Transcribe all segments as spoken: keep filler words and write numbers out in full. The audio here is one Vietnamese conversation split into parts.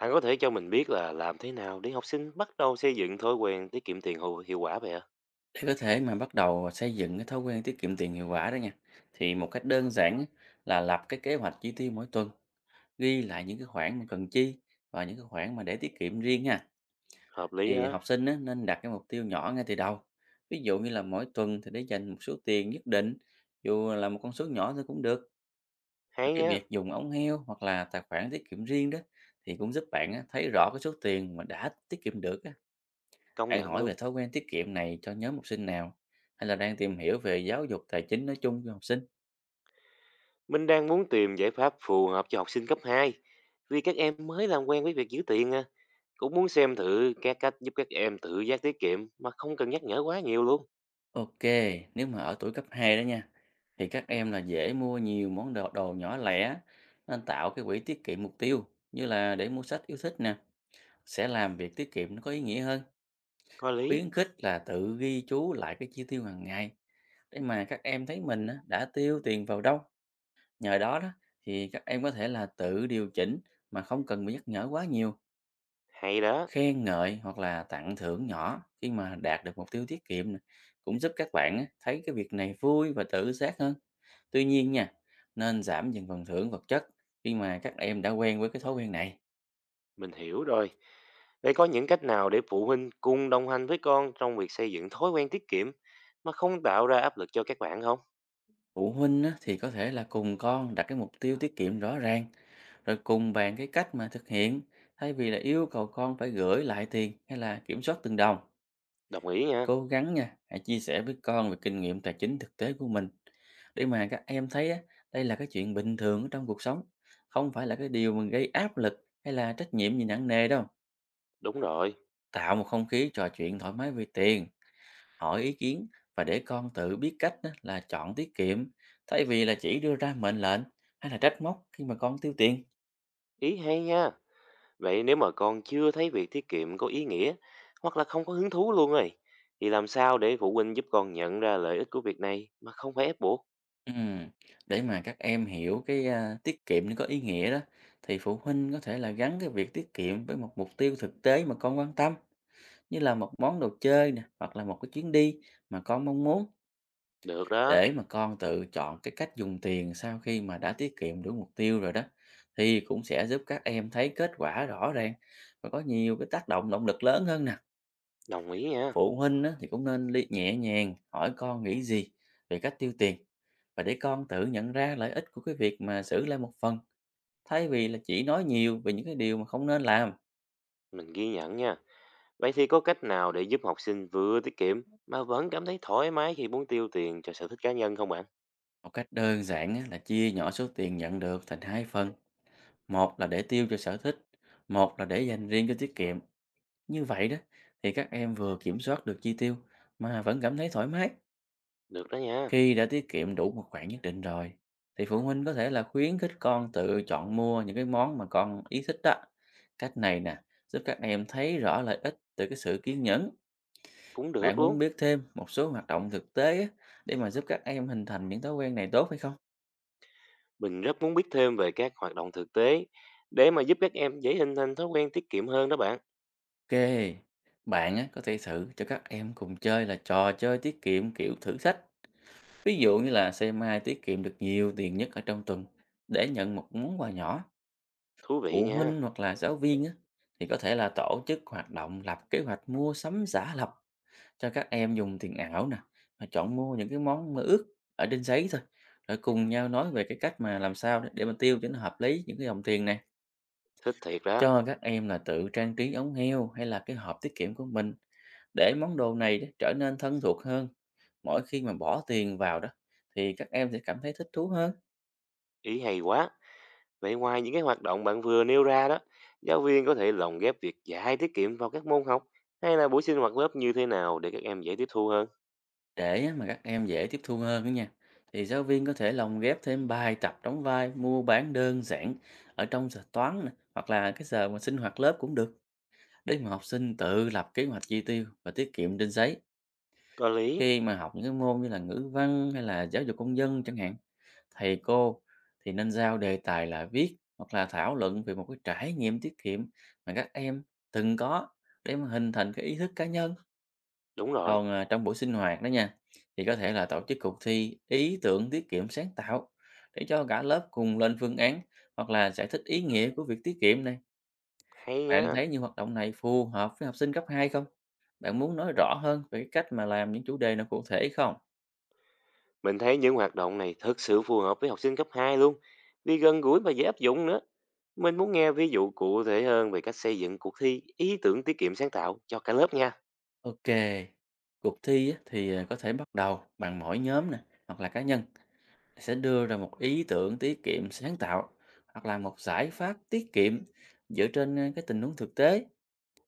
Bạn có thể cho mình biết là làm thế nào để học sinh bắt đầu xây dựng thói quen tiết kiệm tiền hiệu hiệu quả vậy ạ? Để có thể mà bắt đầu xây dựng cái thói quen tiết kiệm tiền hiệu quả đó nha, thì một cách đơn giản á, là lập cái kế hoạch chi tiêu mỗi tuần, ghi lại những cái khoản mà cần chi và những cái khoản mà để tiết kiệm riêng nha. Hợp lý Thì đó. học sinh á, nên đặt cái mục tiêu nhỏ ngay từ đầu. Ví dụ như là mỗi tuần thì để dành một số tiền nhất định, dù là một con số nhỏ thôi cũng được. Hay Cái nhá, việc dùng ống heo hoặc là tài khoản tiết kiệm riêng đó thì cũng giúp bạn á, thấy rõ cái số tiền mà đã tiết kiệm được á. công Bạn nhận hỏi về luôn. thói quen tiết kiệm này cho nhóm học sinh nào? Hay là đang tìm hiểu về giáo dục tài chính nói chung cho học sinh? Mình đang muốn tìm giải pháp phù hợp cho học sinh cấp hai, vì các em mới làm quen với việc giữ tiền à. Cũng muốn xem thử các cách giúp các em tự giác tiết kiệm mà không cần nhắc nhở quá nhiều luôn. Ok, nếu mà ở tuổi cấp hai đó nha, thì các em là dễ mua nhiều món đồ, đồ nhỏ lẻ, nên tạo cái quỹ tiết kiệm mục tiêu, như là để mua sách yêu thích nè, sẽ làm việc tiết kiệm nó có ý nghĩa hơn. Có lý. Khuyến khích là tự ghi chú lại cái chi tiêu hàng ngày, để mà các em thấy mình á, đã tiêu tiền vào đâu. Nhờ đó đó, thì các em có thể là tự điều chỉnh mà không cần bị nhắc nhở quá nhiều. Hay đó, Khen ngợi hoặc là tặng thưởng nhỏ khi mà đạt được mục tiêu tiết kiệm nè, cũng giúp các bạn á, thấy cái việc này vui và tự giác hơn. Tuy nhiên nha, nên giảm dần phần thưởng vật chất khi mà các em đã quen với cái thói quen này. mình hiểu rồi. Vậy có những cách nào để phụ huynh cùng đồng hành với con trong việc xây dựng thói quen tiết kiệm mà không tạo ra áp lực cho các bạn không? Phụ huynh á, thì có thể là cùng con đặt cái mục tiêu tiết kiệm rõ ràng, rồi cùng bàn cái cách mà thực hiện thay vì là yêu cầu con phải gửi lại tiền hay là kiểm soát từng đồng. Đồng ý nha. Cố gắng nha, hãy chia sẻ với con về kinh nghiệm tài chính thực tế của mình để mà các em thấy á, đây là cái chuyện bình thường ở trong cuộc sống, không phải là cái điều mà gây áp lực hay là trách nhiệm gì nặng nề đâu. Đúng rồi. Tạo một không khí trò chuyện thoải mái về tiền, hỏi ý kiến và để con tự biết cách á, là chọn tiết kiệm thay vì là chỉ đưa ra mệnh lệnh hay là trách móc khi mà con tiêu tiền. Ý hay nha. Vậy nếu mà con chưa thấy việc tiết kiệm có ý nghĩa hoặc là không có hứng thú luôn rồi, thì làm sao để phụ huynh giúp con nhận ra lợi ích của việc này mà không phải ép buộc? Ừm, Để mà các em hiểu cái à, tiết kiệm nó có ý nghĩa đó, thì phụ huynh có thể là gắn cái việc tiết kiệm với một mục tiêu thực tế mà con quan tâm, như là một món đồ chơi nè, hoặc là một cái chuyến đi mà con mong muốn, Được đó, để mà con tự chọn cái cách dùng tiền sau khi mà đã tiết kiệm được mục tiêu rồi đó, thì cũng sẽ giúp các em thấy kết quả rõ ràng và có nhiều cái tác động động lực lớn hơn nè. đồng ý nha, Phụ huynh á, thì cũng nên li- nhẹ nhàng hỏi con nghĩ gì về cách tiêu tiền và để con tự nhận ra lợi ích của cái việc mà xử lại một phần, thay vì là chỉ nói nhiều về những cái điều mà không nên làm. mình ghi nhận nha. Vậy thì có cách nào để giúp học sinh vừa tiết kiệm mà vẫn cảm thấy thoải mái khi muốn tiêu tiền cho sở thích cá nhân không bạn? Một cách đơn giản á, là chia nhỏ số tiền nhận được thành hai phần. Một là để tiêu cho sở thích, một là để dành riêng cho tiết kiệm. Như vậy đó thì các em vừa kiểm soát được chi tiêu mà vẫn cảm thấy thoải mái. Được đó nha, Khi đã tiết kiệm đủ một khoản nhất định rồi thì phụ huynh có thể là khuyến khích con tự chọn mua những cái món mà con ý thích đó. Cách này nè giúp các em thấy rõ lợi ích từ cái sự kiên nhẫn. cũng Bạn được muốn luôn. biết thêm một số hoạt động thực tế á, để mà giúp các em hình thành những thói quen này tốt hay không? Mình rất muốn biết thêm về các hoạt động thực tế để mà giúp các em dễ hình thành thói quen tiết kiệm hơn đó bạn. Ok, bạn á, có thể thử cho các em cùng chơi là trò chơi tiết kiệm kiểu thử thách. Ví dụ như là xem ai tiết kiệm được nhiều tiền nhất ở trong tuần để nhận một món quà nhỏ. Thú vị Phụ nha, huynh hoặc là giáo viên á, thì có thể là tổ chức hoạt động lập kế hoạch mua sắm giả lập, cho các em dùng tiền ảo nè, và chọn mua những cái món mơ ước ở trên giấy thôi. Rồi cùng nhau nói về cái cách mà làm sao để để mà tiêu cho nó hợp lý những cái dòng tiền này. thích thiệt đó, Cho các em là tự trang trí ống heo hay là cái hộp tiết kiệm của mình để món đồ này đó trở nên thân thuộc hơn. Mỗi khi mà bỏ tiền vào đó thì các em sẽ cảm thấy thích thú hơn. ý hay quá. Vậy ngoài những cái hoạt động bạn vừa nêu ra đó, giáo viên có thể lồng ghép việc dạy tiết kiệm vào các môn học hay là buổi sinh hoạt lớp như thế nào để các em dễ tiếp thu hơn? Để á mà các em dễ tiếp thu hơn đó nha, thì giáo viên có thể lồng ghép thêm bài tập đóng vai mua bán đơn giản ở trong giờ toán nè, hoặc là cái giờ mà sinh hoạt lớp cũng được, để mà học sinh tự lập kế hoạch chi tiêu và tiết kiệm trên giấy. Có lý, Khi mà học những cái môn như là ngữ văn hay là giáo dục công dân chẳng hạn, thầy cô thì nên giao đề tài là viết hoặc là thảo luận về một cái trải nghiệm tiết kiệm mà các em từng có, để mà hình thành cái ý thức cá nhân. đúng rồi, Còn, à, trong buổi sinh hoạt đó nha, thì có thể là tổ chức cuộc thi ý tưởng tiết kiệm sáng tạo để cho cả lớp cùng lên phương án hoặc là giải thích ý nghĩa của việc tiết kiệm này. hay Bạn nhá. thấy những hoạt động này phù hợp với học sinh cấp hai không? Bạn muốn nói rõ hơn về cái cách mà làm những chủ đề nào cụ thể không? Mình thấy những hoạt động này thực sự phù hợp với học sinh cấp hai luôn, vì gần gũi và dễ áp dụng nữa. Mình muốn nghe ví dụ cụ thể hơn về cách xây dựng cuộc thi ý tưởng tiết kiệm sáng tạo cho cả lớp nha. Ok, cuộc thi á, thì, à, có thể bắt đầu bằng mỗi nhóm nè hoặc là cá nhân sẽ đưa ra một ý tưởng tiết kiệm sáng tạo hoặc là một giải pháp tiết kiệm dựa trên, a, cái tình huống thực tế.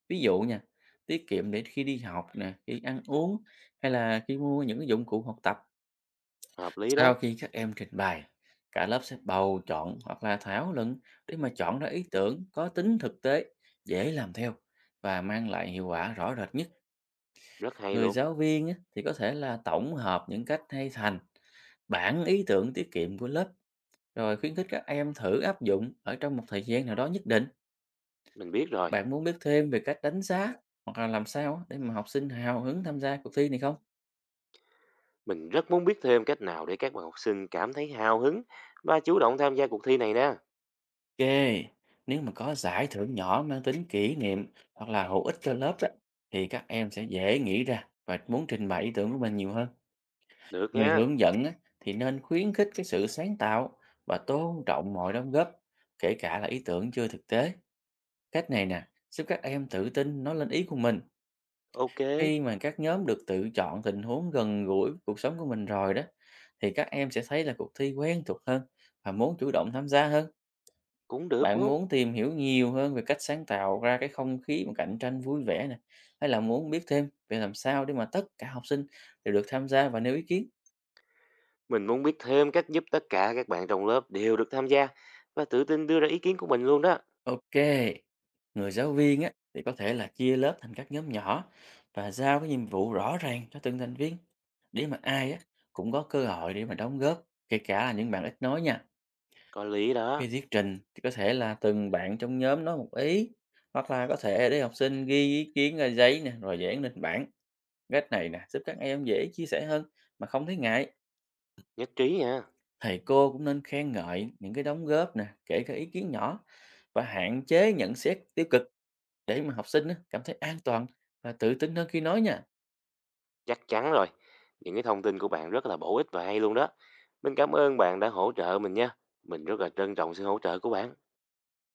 Ví dụ nha, tiết kiệm để khi đi học nè, khi ăn uống hay là khi mua những cái dụng cụ học tập. Hợp lý Sau đó, khi các em trình bày, cả lớp sẽ bầu chọn hoặc là thảo luận để mà chọn ra ý tưởng có tính thực tế, dễ làm theo và mang lại hiệu quả rõ rệt nhất. rất hay Người luôn. giáo viên á, thì có thể là tổng hợp những cách hay thành bản ý tưởng tiết kiệm của lớp, rồi khuyến khích các em thử áp dụng ở trong một thời gian nào đó nhất định. Mình biết rồi, Bạn muốn biết thêm về cách đánh giá hoặc là làm sao á để mà học sinh hào hứng tham gia cuộc thi này không? mình rất muốn biết thêm cách nào để các bạn học sinh cảm thấy hào hứng và chủ động tham gia cuộc thi này nè. Ok, nếu mà có giải thưởng nhỏ mang tính kỷ niệm hoặc là hữu ích cho lớp á, thì các em sẽ dễ nghĩ ra và muốn trình bày ý tưởng của mình nhiều hơn. Được Người nha. hướng dẫn á, thì nên khuyến khích cái sự sáng tạo và tôn trọng mọi đóng góp, kể cả là ý tưởng chưa thực tế. Cách này nè, giúp các em tự tin nói lên ý của mình. Ok, Khi mà các nhóm được tự chọn tình huống gần gũi với cuộc sống của mình rồi đó, thì các em sẽ thấy là cuộc thi quen thuộc hơn và muốn chủ động tham gia hơn. cũng được Bạn luôn. muốn tìm hiểu nhiều hơn về cách sáng tạo ra cái không khí mà cạnh tranh vui vẻ nè, hay là muốn biết thêm về làm sao để mà tất cả học sinh đều được tham gia và nêu ý kiến? Mình muốn biết thêm cách giúp tất cả các bạn trong lớp đều được tham gia và tự tin đưa ra ý kiến của mình luôn đó. Ok, người giáo viên á thì có thể là chia lớp thành các nhóm nhỏ và giao cái nhiệm vụ rõ ràng cho từng thành viên, để mà ai á cũng có cơ hội để mà đóng góp, kể cả là những bạn ít nói nha. Có lý đó, Khi thuyết trình thì có thể là từng bạn trong nhóm nói một ý hoặc là có thể để học sinh ghi ý kiến ra giấy nè rồi dán lên bảng. Cách này nè giúp các em dễ chia sẻ hơn mà không thấy ngại. nhất trí nha, Thầy cô cũng nên khen ngợi những cái đóng góp nè, kể cả ý kiến nhỏ, và hạn chế nhận xét tiêu cực để mà học sinh á, cảm thấy an toàn và tự tin hơn khi nói nha. chắc chắn rồi. Những cái thông tin của bạn rất là bổ ích và hay luôn đó. Mình cảm ơn bạn đã hỗ trợ mình nha. Mình rất là trân trọng sự hỗ trợ của bạn.